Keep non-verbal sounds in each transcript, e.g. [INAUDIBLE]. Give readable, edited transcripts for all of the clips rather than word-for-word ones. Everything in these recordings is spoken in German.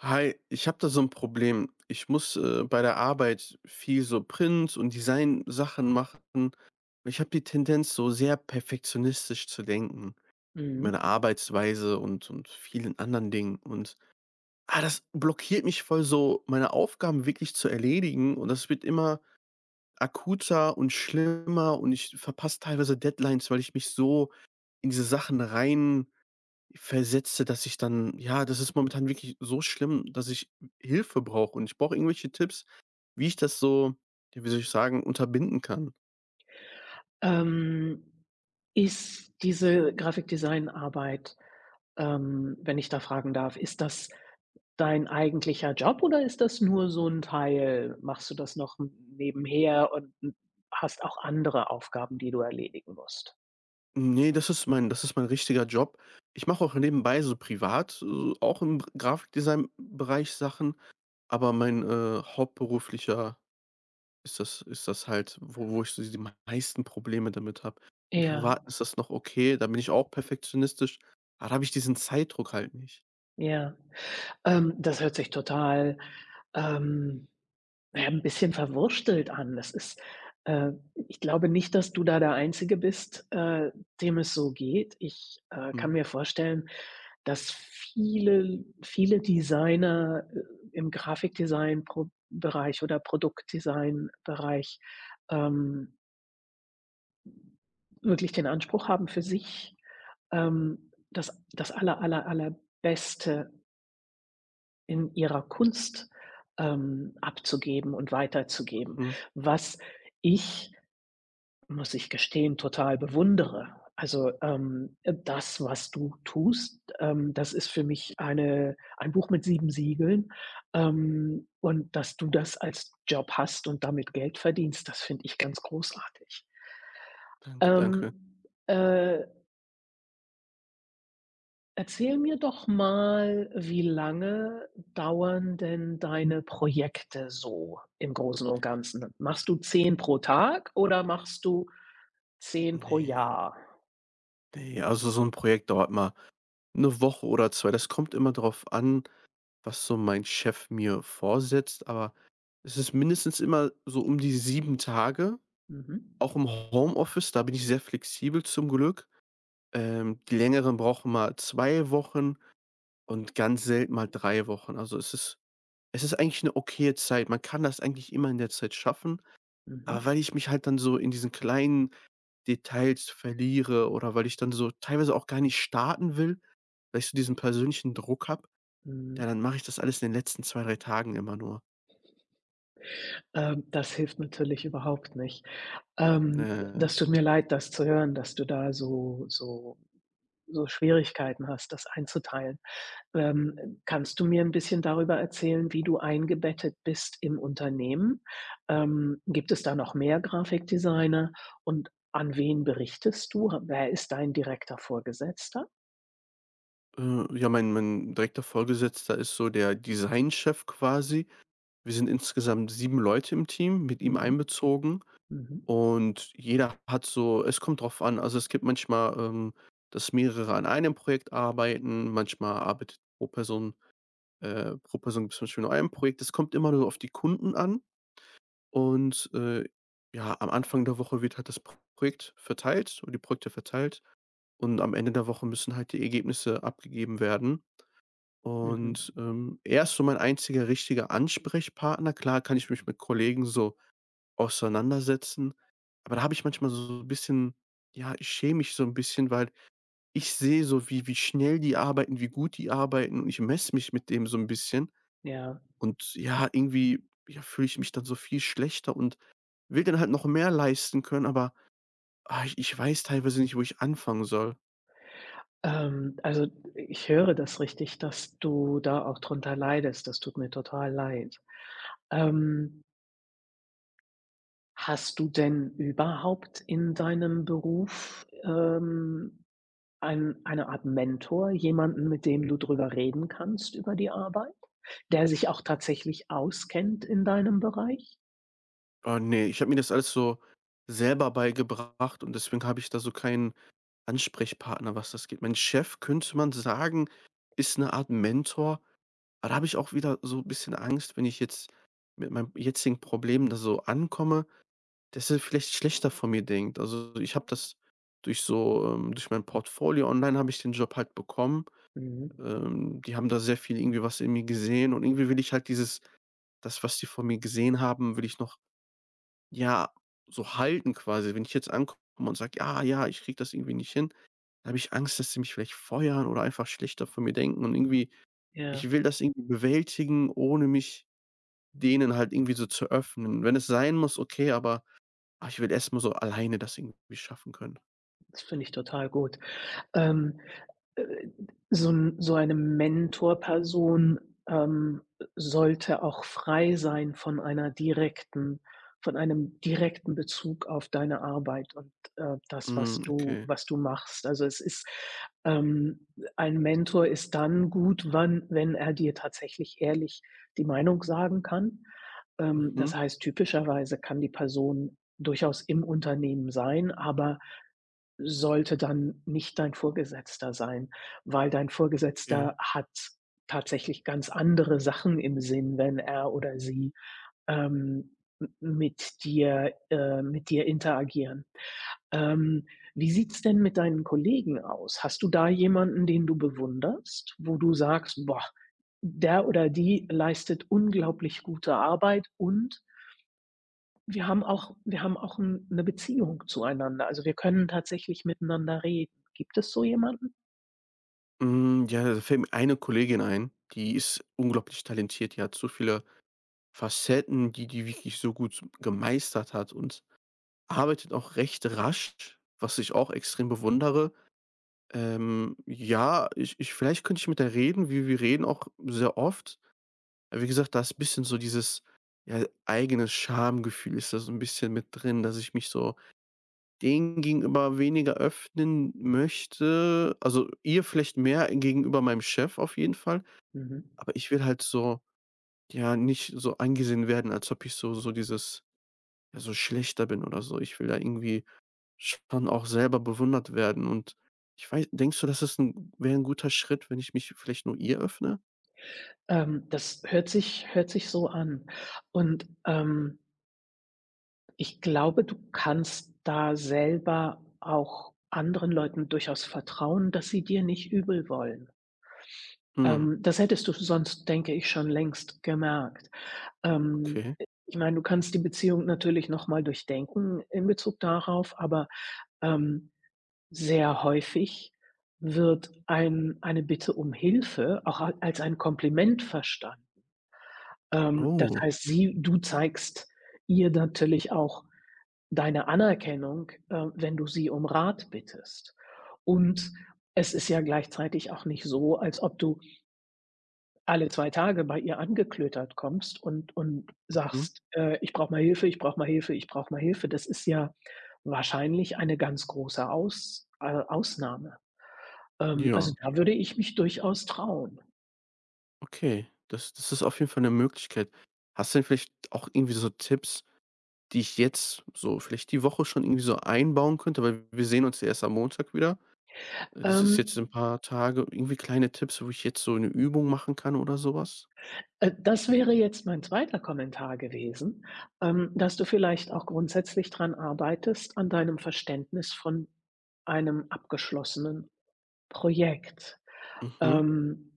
Hi, ich habe da so ein Problem. Ich muss, bei der Arbeit viel so Print und Design-Sachen machen. Ich habe die Tendenz, so sehr perfektionistisch zu denken in Mhm. meiner Arbeitsweise und vielen anderen Dingen und, das blockiert mich voll so, meine Aufgaben wirklich zu erledigen, und das wird immer akuter und schlimmer und ich verpasse teilweise Deadlines, weil ich mich so in diese Sachen rein Versetze, dass ich dann, ja, das ist momentan wirklich so schlimm, dass ich Hilfe brauche und ich brauche irgendwelche Tipps, wie ich das so, ja, wie soll ich sagen, unterbinden kann. Ähm, Ist diese Grafikdesignarbeit, wenn ich da fragen darf, ist das dein eigentlicher Job oder ist das nur so ein Teil? Machst du das noch n nebenher und n hast auch andere Aufgaben, die du erledigen musst? Ne, das ist mein richtiger Job. Ich mache auch nebenbei so privat, auch im Gr Grafikdesign-Bereich Sachen, aber mein, hauptberuflicher ist das halt, wo ich so die meisten Probleme damit habe. Im Ja, Privaten ist das noch okay, da bin ich auch perfektionistisch, aber da habe ich diesen Zeitdruck halt nicht. ja. Das hört sich total, ähm, ja, 'n bisschen verwurstelt an. Das ist äh, Ich glaube nicht, dass du da der Einzige bist, dem es so geht. Ich kann Mhm, mir vorstellen, dass viele Designer im Grafikdesign Bereich oder Produktdesign-Bereich, ähm, wirklich den Anspruch haben für sich, das allerbeste in ihrer Kunst abzugeben und weiterzugeben. mhm. Was ich Muss ich gestehen, total bewundere. Also, das, was du tust, das ist für mich ein Buch mit 7 Siegeln. Und dass du das als Job hast und damit Geld verdienst, das finde ich ganz großartig. Danke, danke. Ähm, äh, Erzähl mir doch mal, wie lange dauern denn deine Projekte so im Großen und Ganzen? Machst du 10 pro Tag oder machst du 10 pro Ne, Jahr? ne, also so 'n Projekt dauert mal 'ne Woche oder 2. Das kommt immer drauf an, was so mein Chef mir vorsetzt, aber es ist mindestens immer so um die 7 Tage, Mhm. auch im Homeoffice, da bin ich sehr flexibel zum Glück. Die längeren brauchen mal 2 Wochen und ganz selten mal 3 Wochen. Also, es ist eigentlich 'ne okaye Zeit. Man kann das eigentlich immer in der Zeit schaffen, Mhm. aber weil ich mich halt dann so in diesen kleinen Details verliere oder weil ich dann so teilweise auch gar nicht starten will, weil ich so diesen persönlichen Druck habe, ja, Mhm. dann mache ich das alles in den letzten zwei drei Tagen immer nur. Das hilft natürlich überhaupt nicht. Äh, Das tut mir leid, das zu hören, dass du da so Schwierigkeiten hast, das einzuteilen. Kannst du mir ein bisschen darüber erzählen, wie du eingebettet bist im Unternehmen? Gibt es da noch mehr Grafikdesigner und an wen berichtest du? Wer ist dein direkter Vorgesetzter? Ja, mein direkter Vorgesetzter ist so der Designchef quasi. Wir sind insgesamt 7 Leute im Team, mit ihm Mhm. einbezogen, Mhm. und jeder hat so, es kommt drauf an. Also, es gibt manchmal, dass mehrere an einem Projekt arbeiten, manchmal arbeitet pro Person gibt's zum Beispiel nur ein Projekt. Es kommt immer nur auf die Kunden an. Und, ja, am Anfang der Woche wird halt das P Projekt verteilt und die Projekte verteilt und am Ende der Woche müssen halt die Ergebnisse abgegeben werden. Mhm. Mhm. Und, er ist so mein einziger richtiger Ansprechpartner. Klar kann ich mich mit Kollegen so auseinandersetzen, aber da habe ich manchmal so ein bisschen, ja, ich schäme mich so ein bisschen, weil ich sehe so, wie schnell die arbeiten, wie gut die arbeiten, und ich messe mich mit dem so ein bisschen. Ja. Und ja, irgendwie, ja, fühle ich mich dann so viel schlechter und will dann halt noch mehr leisten können, aber, ich weiß teilweise nicht, wo ich anfangen soll. Also, ich höre das richtig, dass du da auch drunter leidest. Das tut mir total leid. Ähm, Hast du denn überhaupt in deinem Beruf, eine Art Mentor, jemanden, mit dem du drüber reden kannst über die Arbeit, der sich auch tatsächlich auskennt in deinem Bereich? Oh ne, ich habe mir das alles so selber beigebracht und deswegen habe ich da so keinen Ansprechpartner, was das geht. Mein Chef, könnte man sagen, ist eine Art Mentor, aber da habe ich auch wieder so 'n bisschen Angst, wenn ich jetzt mit meinem jetzigen Problem da so ankomme, dass er vielleicht schlechter von mir denkt. Also, ich habe das durch so, durch mein Portfolio online habe ich den Job halt bekommen. Mhm. Die haben da sehr viel irgendwie was in mir gesehen und irgendwie will ich halt dieses, das, was die von mir gesehen haben, will ich noch, ja, so halten quasi. Wenn ich jetzt ankomme und sage: „Ja, ja, ich kriege das irgendwie nicht hin“, dann habe ich Angst, dass sie mich vielleicht feuern oder einfach schlechter von mir denken, und irgendwie Ja, ich will das irgendwie bewältigen, ohne mich denen halt irgendwie so zu öffnen. Wenn es sein muss, okay, aber, ich will erst mal so alleine das irgendwie schaffen können. das finde ich total gut. Ähm, Äh, so 'n so eine Mentorperson, ähm, sollte auch frei sein von einer direkten von einem direkten Bezug auf deine Arbeit und, das, Hm, okay. was du machst. Also, es ist ähm, ein Mentor ist dann gut, wann wenn er dir tatsächlich ehrlich die Meinung sagen kann. Das Mhm, heißt, typischerweise kann die Person durchaus im Unternehmen sein, aber sollte dann nicht dein Vorgesetzter sein, weil dein okay. Vorgesetzter hat tatsächlich ganz andere Sachen im Sinn wenn er oder sie m mit dir interagieren. Ähm, Wie sieht's denn mit deinen Kollegen aus? Hast du da jemanden, den du bewunderst, wo du sagst: „Boah, der oder die leistet unglaublich gute Arbeit und wir haben auch 'n 'ne Beziehung zueinander. Also, wir können tatsächlich miteinander reden. Gibt es so jemanden? Hm, ja, da fällt mir eine Kollegin ein, die ist unglaublich talentiert. Die hat so viele Facetten, die wirklich so gut gemeistert hat und arbeitet auch recht rasch, was ich auch extrem bewundere. Ja, ich vielleicht könnte ich mit der reden. Wie wir reden auch sehr oft. Wie gesagt, da ist ein bisschen so dieses, ja, eigene Schamgefühl ist da so 'n bisschen mit drin, dass ich mich so denen gegenüber weniger öffnen möchte. Also, ihr vielleicht mehr gegenüber meinem Chef auf jeden Fall. Mhm. Aber ich will halt so, ja, nicht so angesehen werden, als ob ich so dieses, ja, so schlechter bin oder so. Ich will da irgendwie schon auch selber bewundert werden, und ich weiß, denkst du, das ist ein wäre ein guter Schritt, wenn ich mich vielleicht nur ihr öffne? Das hört sich so an. Und, ich glaube, du kannst da selber auch anderen Leuten durchaus vertrauen, dass sie dir nicht übel wollen. Hm, Das hättest du sonst, denke ich, schon längst gemerkt. Ähm, okay. Ich meine, du kannst die Beziehung natürlich noch mal durchdenken in Bezug darauf, aber, ähm sehr häufig wird eine Bitte um Hilfe auch a als ein Kompliment verstanden. Das Oh, heißt, sie du zeigst ihr natürlich auch deine Anerkennung, wenn du sie um Rat bittest. Und es ist ja gleichzeitig auch nicht so, als ob du alle 2 Tage bei ihr angeklötert kommst und mhm. sagst: Ich brauche mal Hilfe, ich brauche mal Hilfe, ich brauche mal Hilfe.“ Das ist ja wahrscheinlich eine ganz große Ausnahme. Ja, Also, da würde ich mich durchaus trauen. okay. Das ist auf jeden Fall eine Möglichkeit. Hast du denn vielleicht auch irgendwie so Tipps, die ich jetzt so vielleicht die Woche schon irgendwie so einbauen könnte? Weil wir sehen uns ja erst am Montag wieder. Das ist jetzt Ähm, in 'n paar Tage irgendwie kleine Tipps, wo ich jetzt so 'ne Übung machen kann oder so was? Das wäre jetzt mein zweiter Kommentar gewesen, dass du vielleicht auch grundsätzlich dran arbeitest, an deinem Verständnis von einem abgeschlossenen Projekt. Mhm. Ähm,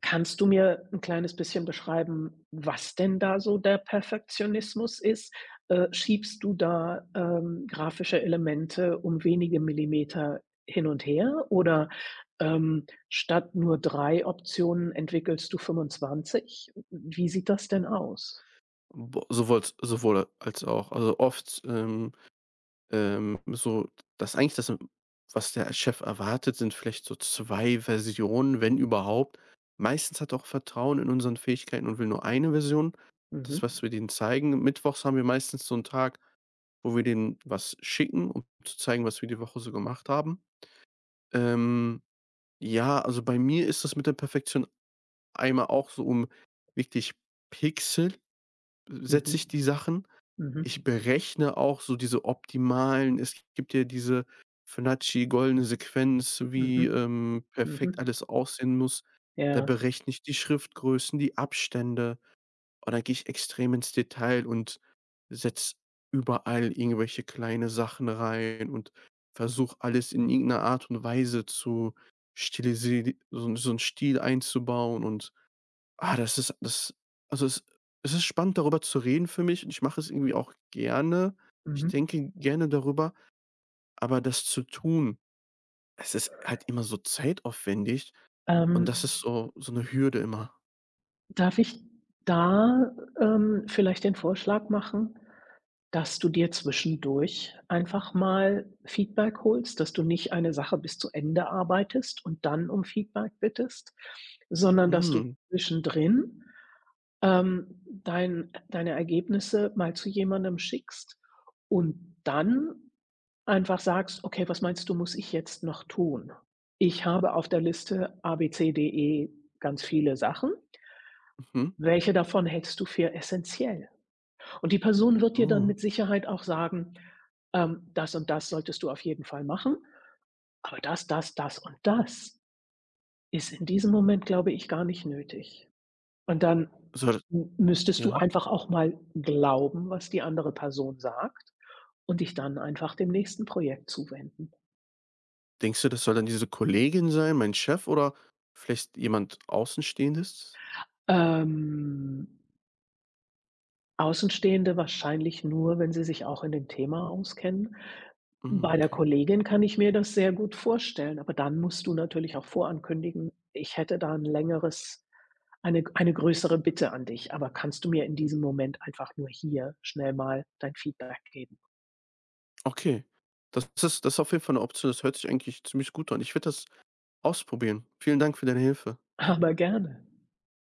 Kannst du mir ein kleines bisschen beschreiben, was denn da so der Perfektionismus ist? Schiebst du da, grafische Elemente um wenige Millimeter hin und her oder, statt nur drei Optionen entwickelst du 25? Wie sieht das denn aus? Bo sowohl als auch. Also, oft, so, dass eigentlich das, was der Chef erwartet, sind vielleicht so 2 Versionen, wenn überhaupt. Meistens hat er auch Vertrauen in unseren Fähigkeiten und will nur eine Version, Mhm. das, was wir denen zeigen. Mittwochs haben wir meistens so 'n Tag, wo wir denen was schicken, um zu zeigen, was wir die Woche so gemacht haben. Ähm Ja, also bei mir ist das mit der Perfektion einmal auch so um wirklich Pixel setze ich Mhm. die Sachen. Ich Mhm. berechne auch so diese optimalen, es gibt ja diese Fibonacci goldene Sequenz, wie, Mhm. Mhm. perfekt Mhm. alles aussehen muss. Da Ja. berechne ich die Schriftgrößen, die Abstände. Und dann gehe ich extrem ins Detail und setze überall irgendwelche kleine Sachen rein und versuche alles in irgendeiner Art und Weise zu stilisieren, so 'n Stil einzubauen, und, das ist das, also, es ist spannend, darüber zu reden für mich, und ich mache es irgendwie auch gerne. Ich Mhm. denke gerne darüber, aber das zu tun, es ist halt immer so zeitaufwendig, und das Ähm, ist so eine Hürde immer. Darf ich da, vielleicht den Vorschlag machen, dass du dir zwischendurch einfach mal Feedback holst, dass du nicht eine Sache bis zu Ende arbeitest und dann um Feedback bittest, sondern dass du Hm, zwischendrin deine Ergebnisse mal zu jemandem schickst und dann einfach sagst: „Okay, was meinst du, muss ich jetzt noch tun? Ich habe auf der Liste A, B, C, D, E ganz viele Sachen. mhm, Welche davon hältst du für essentiell? Und die Person wird dir dann oh, mit Sicherheit auch sagen, „Das und das solltest du auf jeden Fall machen, aber das, das, das und das ist in diesem Moment, glaube ich, gar nicht nötig.“ Und dann so, m müsstest du ja? einfach auch mal glauben, was die andere Person sagt, und dich dann einfach dem nächsten Projekt zuwenden. Denkst du, das soll dann diese Kollegin sein, mein Chef oder vielleicht jemand Außenstehendes? Ähm, Außenstehende wahrscheinlich nur, wenn sie sich auch in dem Thema auskennen. Mhm, Bei der okay. Kollegin kann ich mir das sehr gut vorstellen, aber dann musst du natürlich auch vorankündigen: „Ich hätte da 'n längeres eine größere Bitte an dich, aber kannst du mir in diesem Moment einfach nur hier schnell mal dein Feedback geben?“ Okay. Das ist auf jeden Fall eine Option. Das hört sich eigentlich ziemlich gut an. Ich werde das ausprobieren. Vielen Dank für deine Hilfe. [LAUGHS] Aber gerne.